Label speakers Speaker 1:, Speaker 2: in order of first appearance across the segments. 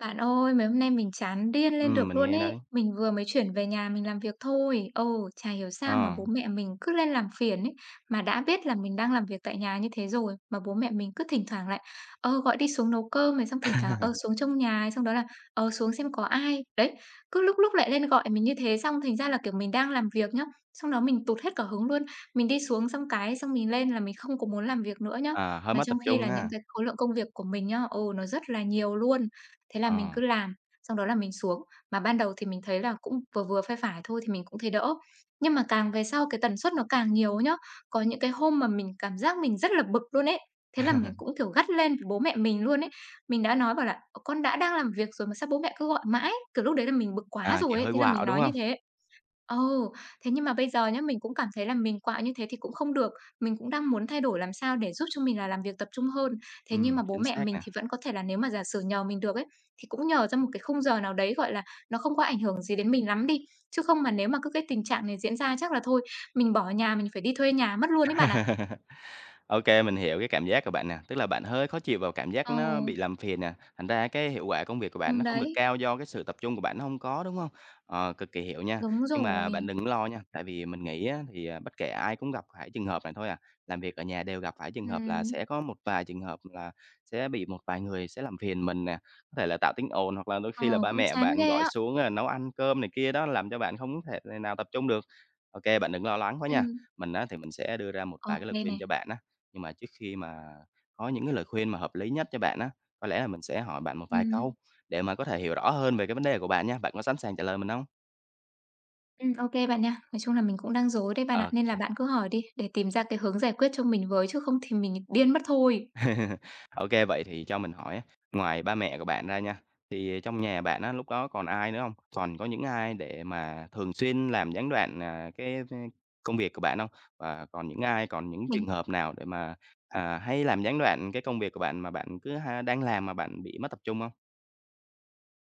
Speaker 1: Bạn ơi, mấy hôm nay mình chán điên lên được
Speaker 2: Mình
Speaker 1: luôn
Speaker 2: nghe đấy.
Speaker 1: ấy. Mình vừa mới chuyển về nhà mình làm việc thôi. Ồ, chả hiểu sao mà
Speaker 2: Ờ.
Speaker 1: bố mẹ mình cứ lên làm phiền ấy. Mà đã biết là mình đang làm việc tại nhà như thế rồi. Mà bố mẹ mình cứ thỉnh thoảng lại, gọi đi xuống nấu cơm này, xong thỉnh thoảng, xuống trong nhà này, xong đó là, xuống xem có ai. Đấy, cứ lúc lúc lại lên gọi mình như thế, xong thành ra là, kiểu, mình đang làm việc nhá. Xong đó mình tụt hết cả hứng luôn. Mình đi xuống xong cái, xong mình lên là mình không có muốn làm việc nữa nhá.
Speaker 2: À, hơi
Speaker 1: Mà
Speaker 2: mất
Speaker 1: trong
Speaker 2: tập
Speaker 1: khi
Speaker 2: trung
Speaker 1: là những
Speaker 2: ha.
Speaker 1: cái khối lượng công việc của mình nhá, ồ, nó rất là nhiều luôn. Thế là mình
Speaker 2: Ờ.
Speaker 1: cứ làm, xong đó là mình xuống. Mà ban đầu thì mình thấy là cũng vừa vừa, phải phải thôi thì mình cũng thấy đỡ. Nhưng mà càng về sau cái tần suất nó càng nhiều ấy nhá, có những cái hôm mà mình cảm giác mình rất là bực luôn ấy. Thế là mình cũng, kiểu, gắt lên với bố mẹ mình luôn ấy. Mình đã nói bảo là "Ờ, Con đã đang làm việc rồi mà sao bố mẹ cứ gọi mãi?" Kiểu, lúc đấy là mình bực quá
Speaker 2: À,
Speaker 1: rồi
Speaker 2: kiểu,
Speaker 1: ấy,
Speaker 2: hơi
Speaker 1: thế là mình
Speaker 2: quạo, đúng
Speaker 1: nói như
Speaker 2: không?
Speaker 1: thế. Ồ, thế nhưng mà bây giờ nhá, mình cũng cảm thấy là mình quạo như thế thì cũng không được. Mình cũng đang muốn thay đổi làm sao để giúp cho mình là làm việc tập trung hơn. Thế nhưng mà bố
Speaker 2: Chính
Speaker 1: mẹ
Speaker 2: xác
Speaker 1: mình
Speaker 2: nè.
Speaker 1: thì vẫn có thể là nếu mà giả sử nhờ mình được ấy, thì cũng nhờ ra một cái khung giờ nào đấy, gọi là, nó không có ảnh hưởng gì đến mình lắm đi. Chứ không mà nếu mà cứ cái tình trạng này diễn ra chắc là thôi, mình bỏ nhà, mình phải đi thuê nhà mất luôn ấy bạn ạ.
Speaker 2: OK, mình hiểu cái cảm giác của bạn nè, tức là bạn hơi khó chịu vào cảm giác
Speaker 1: Ờ,
Speaker 2: nó bị làm phiền nè, thành ra cái hiệu quả công việc của bạn nó không được
Speaker 1: đấy,
Speaker 2: cao do cái sự tập trung của bạn nó không có, đúng không? Ờ, cực kỳ hiểu nha,
Speaker 1: đúng
Speaker 2: nhưng mà
Speaker 1: rồi.
Speaker 2: bạn đừng lo nha, tại vì mình nghĩ á thì, bất kể ai cũng gặp phải trường hợp này thôi à, làm việc ở nhà đều gặp phải trường hợp là
Speaker 1: Ừm,
Speaker 2: sẽ có một vài trường hợp là sẽ bị một vài người sẽ làm phiền mình nè, có thể là tạo tiếng ồn hoặc là đôi
Speaker 1: ờ,
Speaker 2: khi là ba
Speaker 1: cũng
Speaker 2: mẹ
Speaker 1: chán
Speaker 2: bạn
Speaker 1: ghê
Speaker 2: gọi
Speaker 1: á.
Speaker 2: xuống, nấu ăn cơm này kia đó, làm cho bạn không thể nào tập trung được. OK, bạn đừng lo lắng quá
Speaker 1: Ừ.
Speaker 2: nha, mình á thì mình sẽ đưa ra một
Speaker 1: Ok
Speaker 2: vài cái lời
Speaker 1: kê
Speaker 2: khuyên
Speaker 1: này.
Speaker 2: cho bạn á, nhưng mà trước khi mà có những cái lời khuyên mà hợp lý nhất cho bạn á, có lẽ là mình sẽ hỏi bạn một vài
Speaker 1: Ừm.
Speaker 2: câu để mà có thể hiểu rõ hơn về cái vấn đề của bạn nha. Bạn có sẵn sàng trả lời mình không?
Speaker 1: Ô bạn nha. Nói chung là mình cũng đang rối đấy bạn ạ,
Speaker 2: OK
Speaker 1: nên là
Speaker 2: kê.
Speaker 1: bạn cứ hỏi đi để tìm ra cái hướng giải quyết cho mình với, chứ không thì mình điên mất thôi.
Speaker 2: Vậy thì cho mình hỏi á, ngoài ba mẹ của bạn ra nha, thì trong nhà bạn á, lúc đó còn ai nữa không? Còn có những ai để mà thường xuyên làm gián đoạn, công việc của bạn không? Và còn những ai, còn những trường
Speaker 1: Mình
Speaker 2: hợp nào để mà, hay làm gián đoạn cái công việc của bạn mà bạn cứ ha đang làm mà bạn bị mất tập trung không?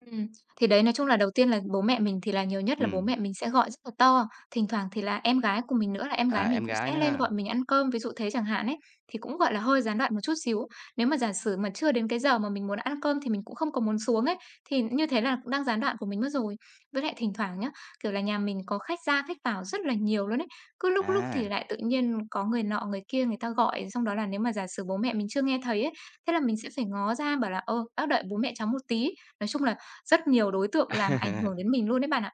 Speaker 1: Ừm, thì đấy, nói chung là đầu tiên là bố mẹ mình thì là nhiều nhất là bố
Speaker 2: Ừm,
Speaker 1: mẹ mình sẽ gọi rất là to, thỉnh thoảng thì là em gái của mình nữa là em gái
Speaker 2: à,
Speaker 1: mình
Speaker 2: em
Speaker 1: cũng
Speaker 2: gái
Speaker 1: sẽ
Speaker 2: nữa
Speaker 1: lên
Speaker 2: ha.
Speaker 1: gọi mình ăn cơm, ví dụ thế chẳng hạn ấy, thì cũng, gọi là, hơi gián đoạn một chút xíu. Nếu mà giả sử mà chưa đến cái giờ mà mình muốn ăn cơm thì mình cũng không có muốn xuống ấy, thì như thế là cũng đang gián đoạn của mình mất rồi. Với lại thỉnh thoảng nhá, kiểu là, nhà mình có khách ra khách vào rất là nhiều luôn ấy, cứ lúc lúc thì
Speaker 2: À,
Speaker 1: lại tự nhiên có người nọ người kia người ta gọi, xong đó là nếu mà giả sử bố mẹ mình chưa nghe thấy ấy, thế là mình sẽ phải ngó ra bảo là "Ơ bác đợi bố mẹ cháu một tí." Nói chung là rất nhiều đối tượng làm ảnh hưởng đến mình luôn đấy bạn ạ.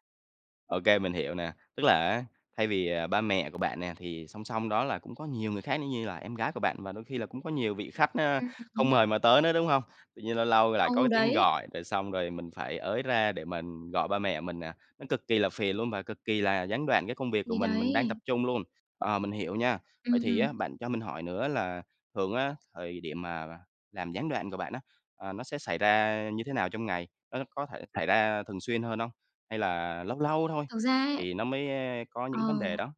Speaker 2: OK mình hiểu nè. Tức là á, thay vì, ba mẹ của bạn nè, thì song song đó là cũng có nhiều người khác nữa như là em gái của bạn và đôi khi là cũng có nhiều vị khách á,
Speaker 1: Ừm,
Speaker 2: không
Speaker 1: ừm.
Speaker 2: mời mà tới nữa, đúng không? Tự nhiên lâu lâu lại có
Speaker 1: Ừ,
Speaker 2: cái tiếng
Speaker 1: đấy,
Speaker 2: gọi, rồi xong rồi mình phải ới ra để mình gọi ba mẹ mình nè, nó cực kỳ là phiền luôn và cực kỳ là gián đoạn cái công việc của
Speaker 1: thì
Speaker 2: mình đang
Speaker 1: đấy.
Speaker 2: tập trung luôn. Ờ, mình hiểu nha. Vậy
Speaker 1: Ừm,
Speaker 2: thì
Speaker 1: ừm.
Speaker 2: á, bạn cho mình hỏi nữa là thường á, thời điểm mà làm gián đoạn của bạn á, nó sẽ xảy ra như thế nào trong ngày? Nó có thể xảy ra thường xuyên hơn không? Hay là lâu lâu thôi
Speaker 1: Thực ra ấy
Speaker 2: thì nó mới, có
Speaker 1: ờ.
Speaker 2: những vấn đề đó,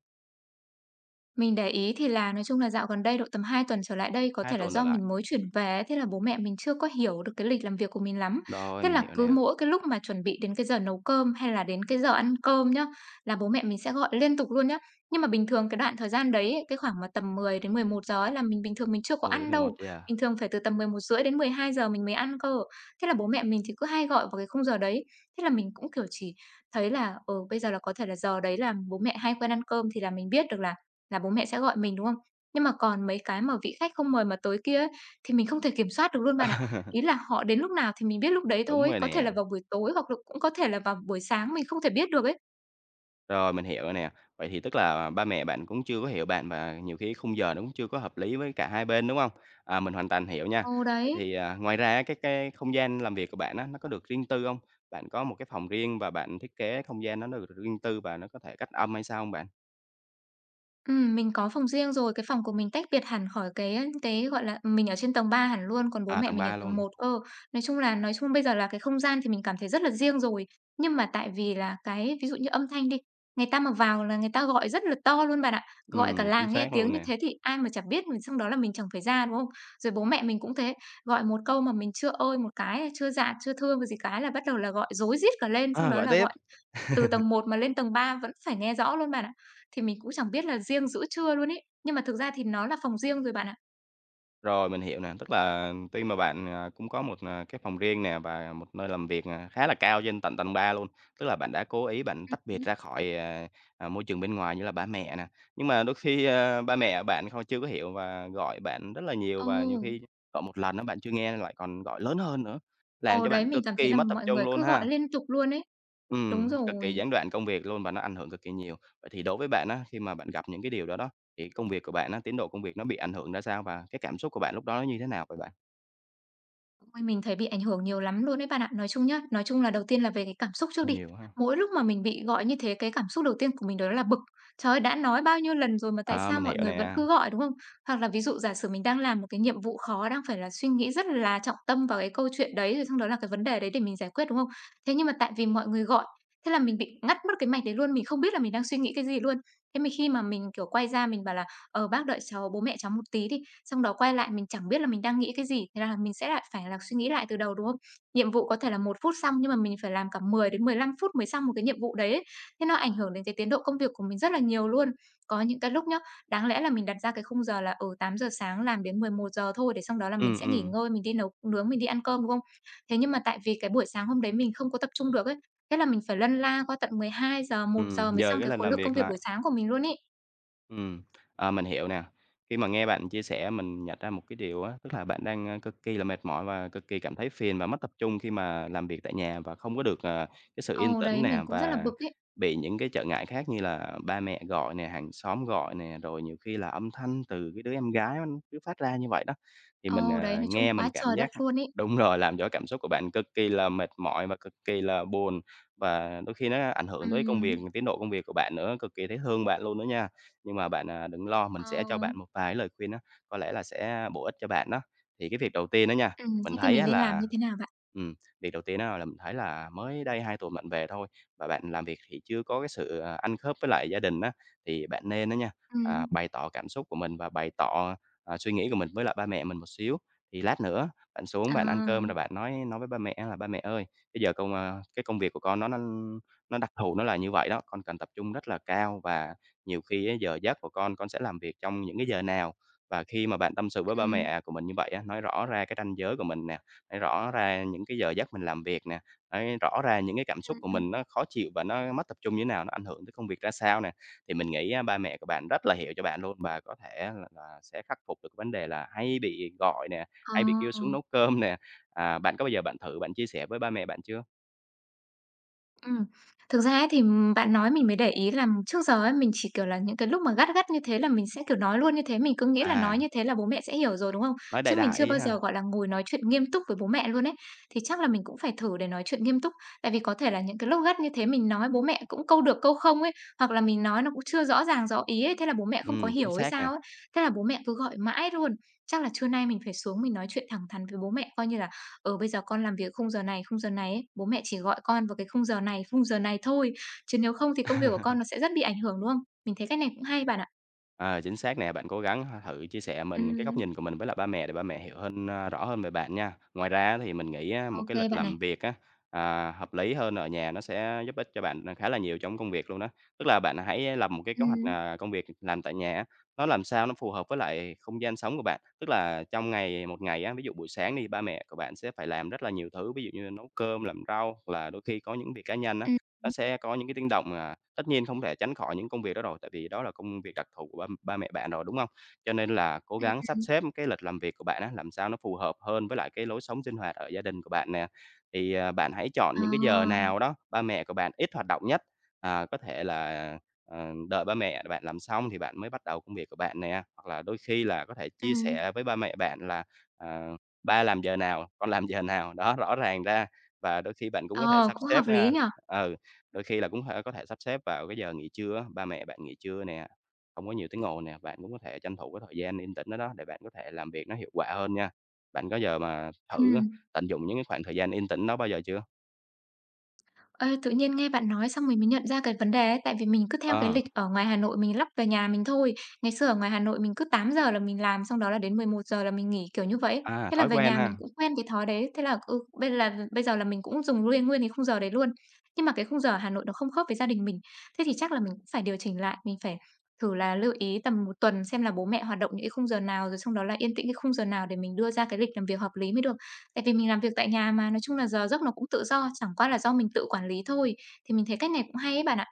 Speaker 1: Mình để ý thì là nói chung là dạo gần đây độ tầm 2 tuần trở lại đây, có
Speaker 2: 2
Speaker 1: thể là
Speaker 2: tuần đổ
Speaker 1: do
Speaker 2: lại.
Speaker 1: mình mới chuyển về ấy, thế là bố mẹ mình chưa có hiểu được cái lịch làm việc của mình lắm.
Speaker 2: Rồi,
Speaker 1: Thế
Speaker 2: mình
Speaker 1: là
Speaker 2: hiểu
Speaker 1: cứ
Speaker 2: nè,
Speaker 1: mỗi cái lúc mà chuẩn bị đến cái giờ nấu cơm hay là đến cái giờ ăn cơm nhá, là bố mẹ mình sẽ gọi liên tục luôn nhá. Nhưng mà bình thường cái đoạn thời gian đấy ấy, cái khoảng mà tầm 10 đến 11 giờ ấy là mình bình thường mình chưa có
Speaker 2: mười đến
Speaker 1: ăn
Speaker 2: mười một
Speaker 1: đâu.
Speaker 2: giờ.
Speaker 1: Bình thường phải từ tầm 11 rưỡi đến 12 giờ mình mới ăn cơ. Thế là bố mẹ mình thì cứ hay gọi vào cái khung giờ đấy. Thế là mình cũng kiểu chỉ thấy là bây giờ là có thể là giờ đấy là bố mẹ hay quen ăn cơm thì là mình biết được là bố mẹ sẽ gọi mình, đúng không? Nhưng mà còn mấy cái mà vị khách không mời mà tới kia ấy, thì mình không thể kiểm soát được luôn bạn ạ. Ý là họ đến lúc nào thì mình biết lúc đấy
Speaker 2: Đúng
Speaker 1: thôi,
Speaker 2: rồi
Speaker 1: có thể
Speaker 2: nè,
Speaker 1: là vào buổi tối hoặc là cũng có thể là vào buổi sáng, mình không thể biết được ấy.
Speaker 2: rồi mình hiểu rồi nè. Vậy thì tức là ba mẹ bạn cũng chưa có hiểu bạn và nhiều khi khung giờ nó cũng chưa có hợp lý với cả hai bên, đúng không? À, mình hoàn toàn hiểu nha.
Speaker 1: Ừ,
Speaker 2: Vậy
Speaker 1: đấy.
Speaker 2: thì, ngoài ra cái không gian làm việc của bạn á, nó có được riêng tư không? Bạn có một cái phòng riêng và bạn thiết kế không gian nó được riêng tư và nó có thể cách âm hay sao không bạn?
Speaker 1: Mình có phòng riêng rồi, cái phòng của mình tách biệt hẳn khỏi cái, gọi là, mình ở trên tầng 3 hẳn luôn, còn bố
Speaker 2: À,
Speaker 1: mẹ
Speaker 2: tầng
Speaker 1: mình ở
Speaker 2: 3
Speaker 1: tầng
Speaker 2: luôn.
Speaker 1: một cơ. Nói chung bây giờ là cái không gian thì mình cảm thấy rất là riêng rồi, nhưng mà tại vì là cái ví dụ như âm thanh đi, người ta mà vào là người ta gọi rất là to luôn bạn ạ, gọi cả
Speaker 2: Chính
Speaker 1: làng nghe
Speaker 2: xác
Speaker 1: tiếng
Speaker 2: luôn
Speaker 1: như
Speaker 2: nè.
Speaker 1: thế thì ai mà chả biết, rồi xong đó là mình chẳng phải ra, đúng không? Rồi bố mẹ mình cũng thế, gọi một câu mà mình chưa "ơi" một cái, chưa "dạ", chưa "thưa" một gì cái là bắt đầu là gọi rối rít cả lên, xong
Speaker 2: À,
Speaker 1: đó
Speaker 2: gọi
Speaker 1: là
Speaker 2: tiếp.
Speaker 1: gọi từ tầng 1 mà lên tầng 3 vẫn phải nghe rõ luôn bạn ạ. Thì mình cũng chẳng biết là riêng giữa trưa luôn ấy, nhưng mà thực ra thì nó là phòng riêng rồi bạn ạ.
Speaker 2: Rồi, mình hiểu nè, tức là tuy mà bạn, cũng có một, cái phòng riêng nè và một nơi làm việc, khá là cao trên tận tầng 3 luôn, tức là bạn đã cố ý bạn tách
Speaker 1: Ừm.
Speaker 2: biệt ra khỏi, môi trường bên ngoài như là ba mẹ nè. Nhưng mà đôi khi, ba mẹ bạn không chưa có hiểu và gọi bạn rất là nhiều và nhiều
Speaker 1: Ừ,
Speaker 2: khi gọi một lần á, bạn chưa nghe lại còn gọi lớn hơn nữa, làm
Speaker 1: ờ,
Speaker 2: cho
Speaker 1: đấy,
Speaker 2: bạn
Speaker 1: mình
Speaker 2: cực
Speaker 1: cảm thấy
Speaker 2: kỳ
Speaker 1: là
Speaker 2: mất tập
Speaker 1: mọi
Speaker 2: trung
Speaker 1: người
Speaker 2: luôn
Speaker 1: cứ gọi
Speaker 2: ha.
Speaker 1: liên tục luôn ấy. Đúng
Speaker 2: Cực kỳ
Speaker 1: rồi.
Speaker 2: gián đoạn công việc luôn và nó ảnh hưởng cực kỳ nhiều. Vậy thì đối với bạn á, khi mà bạn gặp những cái điều đó đó, thì công việc của bạn á, tiến độ công việc nó bị ảnh hưởng ra sao và cái cảm xúc của bạn lúc đó nó như thế nào vậy bạn?
Speaker 1: Ôi, mình thấy bị ảnh hưởng nhiều lắm luôn đấy bạn ạ. Nói chung nhá, nói chung là đầu tiên là về cái cảm xúc trước đi.
Speaker 2: Nhiều ha.
Speaker 1: Mỗi lúc mà mình bị gọi như thế, cái cảm xúc đầu tiên của mình đó là bực. Trời ơi, đã nói bao nhiêu lần rồi mà tại
Speaker 2: À,
Speaker 1: sao
Speaker 2: mình
Speaker 1: mọi
Speaker 2: hiểu
Speaker 1: người vẫn
Speaker 2: nè.
Speaker 1: cứ gọi, đúng không? Hoặc là ví dụ giả sử mình đang làm một cái nhiệm vụ khó, đang phải là suy nghĩ rất là trọng tâm vào cái câu chuyện đấy, rồi xong đó là cái vấn đề đấy để mình giải quyết, đúng không? Thế nhưng mà tại vì mọi người gọi, thế là mình bị ngắt mất cái mạch đấy luôn, mình không biết là mình đang suy nghĩ cái gì luôn. Thế mình khi mà mình, kiểu, quay ra mình bảo là "Ờ, bác đợi cháu bố mẹ cháu một tí đi." Xong đó quay lại mình chẳng biết là mình đang nghĩ cái gì, thế là mình sẽ lại phải là suy nghĩ lại từ đầu, đúng không? Nhiệm vụ có thể là 1 phút xong nhưng mà mình phải làm cả 10 đến 15 phút mới xong một cái nhiệm vụ đấy ấy, thế nó ảnh hưởng đến cái tiến độ công việc của mình rất là nhiều luôn. Có những cái lúc nhá, đáng lẽ là mình đặt ra cái khung giờ là, ở 8 giờ sáng làm đến 11 giờ thôi để xong đó là mình
Speaker 2: Ừm,
Speaker 1: sẽ nghỉ
Speaker 2: ừm,
Speaker 1: ngơi, mình đi nấu nướng, mình đi ăn cơm, đúng không? Thế nhưng mà tại vì cái buổi sáng hôm đấy mình không có tập trung được ấy, thế là mình phải lân la qua tận 12 giờ, một giờ mới
Speaker 2: giờ
Speaker 1: xong
Speaker 2: cái
Speaker 1: cái
Speaker 2: là
Speaker 1: khối
Speaker 2: làm
Speaker 1: lượng công
Speaker 2: việc
Speaker 1: việc buổi
Speaker 2: lại.
Speaker 1: sáng của mình luôn ấy.
Speaker 2: Ừm, mình hiểu nè. Khi mà nghe bạn chia sẻ mình nhận ra một cái điều á, tức là bạn đang, cực kỳ là mệt mỏi và cực kỳ cảm thấy phiền và mất tập trung khi mà làm việc tại nhà và không có được, cái sự yên
Speaker 1: Ờ,
Speaker 2: tĩnh
Speaker 1: đấy, mình
Speaker 2: nè,
Speaker 1: cũng rất là
Speaker 2: và
Speaker 1: bực ấy.
Speaker 2: bị những cái trở ngại khác như là ba mẹ gọi nè, hàng xóm gọi nè, rồi nhiều khi là âm thanh từ cái đứa em gái nó cứ phát ra như vậy đó. Thì mình,
Speaker 1: Ờ, đấy, nói chung
Speaker 2: nghe
Speaker 1: quá
Speaker 2: mình cảm
Speaker 1: trời đất
Speaker 2: giác
Speaker 1: luôn ấy.
Speaker 2: đúng rồi, làm cho cảm xúc của bạn cực kỳ là mệt mỏi và cực kỳ là buồn, và đôi khi nó ảnh hưởng tới công
Speaker 1: Ừm,
Speaker 2: việc, tiến độ công việc của bạn nữa, cực kỳ thấy thương bạn luôn đó nha. Nhưng mà bạn, đừng lo, mình
Speaker 1: ờ,
Speaker 2: sẽ cho bạn một vài lời khuyên á, có lẽ là sẽ bổ ích cho bạn đó. Thì cái việc đầu tiên đó nha, mình
Speaker 1: thế thì
Speaker 2: thấy
Speaker 1: mình
Speaker 2: á
Speaker 1: nên làm
Speaker 2: là
Speaker 1: như thế nào bạn?
Speaker 2: ừm, việc đầu tiên á là mình thấy là mới đây 2 tuần bạn về thôi và bạn làm việc thì chưa có cái sự, ăn khớp với lại gia đình á, thì bạn nên đó nha,
Speaker 1: Ừm,
Speaker 2: bày tỏ cảm xúc của mình và bày tỏ, suy nghĩ của mình với lại ba mẹ mình một xíu. Thì lát nữa bạn xuống bạn ăn cơm rồi
Speaker 1: à,
Speaker 2: bạn nói với ba mẹ là "Ba mẹ ơi, bây giờ công, a cái công việc của con nó đặc thù nó là như vậy đó, con cần tập trung rất là cao và nhiều khi á, giờ giấc của con sẽ làm việc trong những cái giờ nào." Và khi mà bạn tâm sự với ba
Speaker 1: ừm,
Speaker 2: mẹ của mình như vậy á, nói rõ ra cái ranh giới của mình nè, nói rõ ra những cái giờ giấc mình làm việc nè, nói rõ ra những cái cảm xúc
Speaker 1: ừm,
Speaker 2: của
Speaker 1: ừm,
Speaker 2: mình nó khó chịu và nó mất tập trung như thế nào, nó ảnh hưởng tới công việc ra sao nè. Thì mình nghĩ á, ba mẹ của bạn rất là hiểu cho bạn luôn và có thể là sẽ khắc phục được cái vấn đề là hay bị gọi nè,
Speaker 1: ờ.
Speaker 2: hay bị kêu xuống nấu cơm nè. À, bạn có bao giờ bạn thử bạn chia sẻ với ba mẹ bạn chưa?
Speaker 1: Ừm. Thực ra ấy thì, bạn nói mình mới để ý là trước giờ ấy, mình chỉ, kiểu là, những cái lúc mà gắt gắt như thế là mình sẽ, kiểu, nói luôn như thế, mình cứ nghĩ là nói
Speaker 2: À,
Speaker 1: như thế là bố mẹ sẽ hiểu rồi, đúng không?
Speaker 2: nói
Speaker 1: Chứ
Speaker 2: đại
Speaker 1: mình
Speaker 2: đại
Speaker 1: chưa
Speaker 2: đi
Speaker 1: bao
Speaker 2: ha.
Speaker 1: giờ, gọi là, ngồi nói chuyện nghiêm túc với bố mẹ luôn ấy. Thì chắc là mình cũng phải thử để nói chuyện nghiêm túc, tại vì có thể là những cái lúc gắt như thế mình nói bố mẹ cũng câu được câu không ấy, hoặc là mình nói nó cũng chưa rõ ràng rõ ý ấy, thế là bố mẹ không có
Speaker 2: Chính
Speaker 1: hiểu hay
Speaker 2: xác nè.
Speaker 1: sao ấy. Thế là bố mẹ cứ gọi mãi luôn. Chắc là trưa nay mình phải xuống mình nói chuyện thẳng thắn với bố mẹ, coi như là "Ừ, bây giờ con làm việc khung giờ này ấy, bố mẹ chỉ gọi con vào cái khung giờ này thôi, chứ nếu không thì công việc của con nó sẽ rất bị ảnh hưởng", đúng không? Mình thấy cách này cũng hay bạn ạ.
Speaker 2: Ờ, chính xác nè, bạn cố gắng thử chia sẻ mình cái góc
Speaker 1: Ừm,
Speaker 2: nhìn của mình với lại ba mẹ để ba mẹ hiểu hơn a, rõ hơn về bạn nha. Ngoài ra thì mình nghĩ á, một
Speaker 1: ô
Speaker 2: cái lịch
Speaker 1: bạn này.
Speaker 2: làm việc á, hợp lý hơn ở nhà nó sẽ giúp ích cho bạn, khá là nhiều trong công việc luôn đó. Tức là bạn hãy lập một cái kế hoạch,
Speaker 1: Ừm,
Speaker 2: công việc làm tại nhà á, nó làm sao nó phù hợp với lại không gian sống của bạn. Tức là trong ngày một ngày á, ví dụ buổi sáng đi, ba mẹ của bạn sẽ phải làm rất là nhiều thứ, ví dụ như nấu cơm, làm rau, hoặc là đôi khi có những việc cá nhân á,
Speaker 1: ừm,
Speaker 2: nó sẽ có những cái tiếng động, tất nhiên không thể tránh khỏi những công việc đó rồi, tại vì đó là công việc đặc thù của ba ba mẹ bạn rồi, đúng không? Cho nên là cố
Speaker 1: ừm,
Speaker 2: gắng sắp
Speaker 1: ừm.
Speaker 2: xếp cái lịch làm việc của bạn á, làm sao nó phù hợp hơn với lại cái lối sống sinh hoạt ở gia đình của bạn nè. Thì, bạn hãy chọn
Speaker 1: Ờ,
Speaker 2: những cái giờ nào đó ba mẹ của bạn ít hoạt động nhất, có thể là, đợi ba mẹ bạn làm xong thì bạn mới bắt đầu công việc của bạn nè, hoặc là đôi khi là có thể chia
Speaker 1: ừm.
Speaker 2: sẻ với ba mẹ bạn là, à, "Ba làm giờ nào, con làm giờ nào." Đó, rõ ràng ra và đôi khi bạn cũng có thể
Speaker 1: Ờ,
Speaker 2: sắp
Speaker 1: cũng
Speaker 2: xếp,
Speaker 1: hợp lý nhở?
Speaker 2: ừ. Đôi khi là cũng thể có thể sắp xếp vào cái giờ nghỉ trưa á, ba mẹ bạn nghỉ trưa nè, không có nhiều tiếng ồn nè, bạn cũng có thể tranh thủ cái thời gian yên tĩnh đó đó để bạn có thể làm việc nó hiệu quả hơn nha. Bạn có giờ mà thử á,
Speaker 1: Ừm.
Speaker 2: tận dụng những cái khoảng thời gian yên tĩnh đó bao giờ chưa?
Speaker 1: Ê, tự nhiên nghe bạn nói xong mình mới nhận ra cái vấn đề ấy, tại vì mình cứ theo cái
Speaker 2: Ờ,
Speaker 1: lịch ở ngoài Hà Nội mình lắp về nhà mình thôi. Ngày xưa ở ngoài Hà Nội mình cứ 8 giờ là mình làm, xong đó là đến 11 giờ là mình nghỉ, kiểu như vậy.
Speaker 2: à,
Speaker 1: Thế là
Speaker 2: thói
Speaker 1: về
Speaker 2: quen
Speaker 1: nhà mình
Speaker 2: ha.
Speaker 1: cũng quen cái thói đấy, thế là, bây giờ là mình cũng dùng nguyên nguyên cái khung giờ đấy luôn. Nhưng mà cái khung giờ ở Hà Nội nó không khớp với gia đình mình, thế thì chắc là mình cũng phải điều chỉnh lại, mình phải thử là lưu ý tầm một tuần xem là bố mẹ hoạt động những cái khung giờ nào, rồi xong đó là yên tĩnh cái khung giờ nào để mình đưa ra cái lịch làm việc hợp lý mới được. Tại vì mình làm việc tại nhà mà, nói chung là giờ giấc nó cũng tự do, chẳng qua là do mình tự quản lý thôi. Thì mình thấy cách này cũng hay ấy bạn ạ.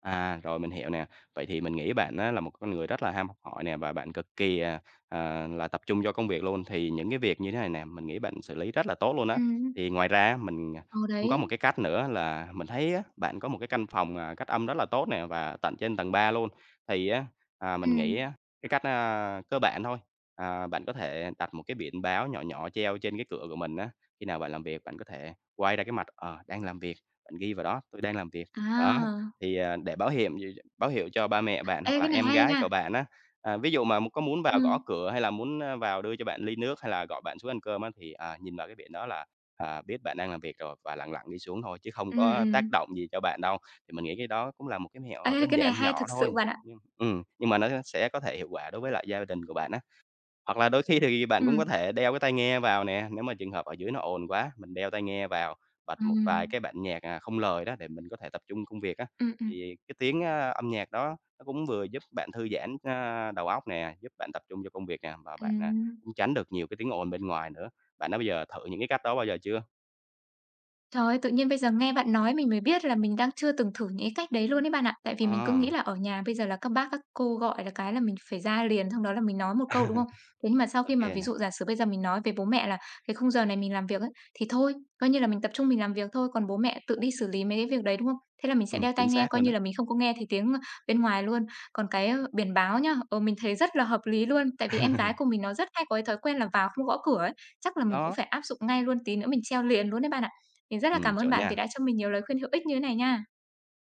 Speaker 2: À, rồi mình hiểu nè. Vậy thì mình nghĩ bạn á là một con người rất là ham học hỏi nè và bạn cực kỳ, là tập trung cho công việc luôn. Thì những cái việc như thế này nè, mình nghĩ bạn xử lý rất là tốt luôn á.
Speaker 1: Ừm,
Speaker 2: Thì ngoài ra mình
Speaker 1: ờ,
Speaker 2: cũng có
Speaker 1: đấy,
Speaker 2: một cái cách nữa là mình thấy á, bạn có một cái căn phòng, cách âm rất là tốt nè và tận trên tầng 3 luôn. Thì á, mình
Speaker 1: ừm.
Speaker 2: nghĩ á, cái cách, cơ bản thôi, bạn có thể đặt một cái biển báo nhỏ nhỏ treo trên cái cửa của mình á. Khi nào bạn làm việc, bạn có thể quay ra cái mặt, đang làm việc, bạn ghi vào đó, "Tôi đang làm việc." Đó.
Speaker 1: À,
Speaker 2: Thì, để báo hiểm gì báo hiệu cho ba mẹ bạn hoặc
Speaker 1: ê,
Speaker 2: là
Speaker 1: cái này
Speaker 2: em
Speaker 1: hay
Speaker 2: gái
Speaker 1: nha.
Speaker 2: của bạn á, ví dụ mà có muốn vào
Speaker 1: Ừm,
Speaker 2: gõ cửa hay là muốn, vào đưa cho bạn ly nước hay là gọi bạn xuống ăn cơm á, thì, nhìn vào cái biển đó là, biết bạn đang làm việc rồi và lặng lặng đi xuống thôi chứ không
Speaker 1: ừm,
Speaker 2: có tác
Speaker 1: ừm.
Speaker 2: động gì cho bạn đâu. Thì mình nghĩ cái đó cũng là một cái mẹo
Speaker 1: Ê,
Speaker 2: đơn
Speaker 1: cái này
Speaker 2: giản
Speaker 1: hay
Speaker 2: nhỏ
Speaker 1: thực sự
Speaker 2: thôi,
Speaker 1: bạn ạ.
Speaker 2: nhưng mà nó sẽ có thể hiệu quả đối với lại gia đình của bạn á. Hoặc là đôi khi thì bạn cũng có
Speaker 1: Ừm,
Speaker 2: thể đeo cái tai nghe vào nè, nếu mà trường hợp ở dưới nó ồn quá, mình đeo tai nghe vào, bật một
Speaker 1: ừm,
Speaker 2: vài cái bản nhạc, không lời đó để mình có thể tập trung công việc á.
Speaker 1: ừm, ừm,
Speaker 2: Thì cái tiếng, âm nhạc đó nó cũng vừa giúp bạn thư giãn, đầu óc nè, giúp bạn tập trung cho công việc nè, và bạn,
Speaker 1: ừm.
Speaker 2: cũng tránh được nhiều cái tiếng ồn bên ngoài nữa. Bạn đã bao giờ thử những cái cách đó bao giờ chưa?
Speaker 1: Trời ơi, tự nhiên bây giờ nghe bạn nói mình mới biết là mình đang chưa từng thử những cái cách đấy luôn đấy bạn ạ. Tại vì mình cứ
Speaker 2: Ờ.
Speaker 1: nghĩ là ở nhà bây giờ là các bác các cô gọi là cái là mình phải ra liền, xong đó là mình nói một câu, đúng không?
Speaker 2: Ô
Speaker 1: Thế nhưng mà sau khi mà ví
Speaker 2: nè.
Speaker 1: dụ giả sử bây giờ mình nói với bố mẹ là cái khung giờ này mình làm việc ấy, thì thôi, coi như là mình tập trung mình làm việc thôi, còn bố mẹ tự đi xử lý mấy cái việc đấy, đúng không? Thế là mình sẽ đeo tai
Speaker 2: Chính
Speaker 1: nghe,
Speaker 2: xác
Speaker 1: coi
Speaker 2: luôn
Speaker 1: như
Speaker 2: đó.
Speaker 1: là mình không có nghe thấy tiếng bên ngoài luôn. Còn cái biển báo nhá, mình thấy rất là hợp lý luôn. Tại vì em gái của mình nó rất hay có cái thói quen là vào không gõ cửa ấy. Chắc là mình cũng
Speaker 2: Đó,
Speaker 1: phải áp dụng ngay luôn tí nữa mình treo liền luôn đấy bạn ạ. Mình rất là cảm ơn
Speaker 2: chuẩn
Speaker 1: bạn vì
Speaker 2: nha.
Speaker 1: đã cho mình nhiều lời khuyên hữu ích như thế này nha.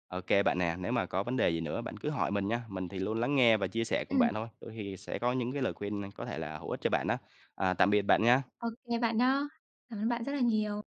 Speaker 2: OK bạn nè, nếu mà có vấn đề gì nữa bạn cứ hỏi mình nha, mình thì luôn lắng nghe và chia sẻ cùng
Speaker 1: Ừm.
Speaker 2: bạn thôi, đôi khi sẽ có những cái lời khuyên có thể là hữu ích cho bạn đó. À, tạm biệt bạn nha.
Speaker 1: Ô bạn nhá. Cảm ơn bạn rất là nhiều.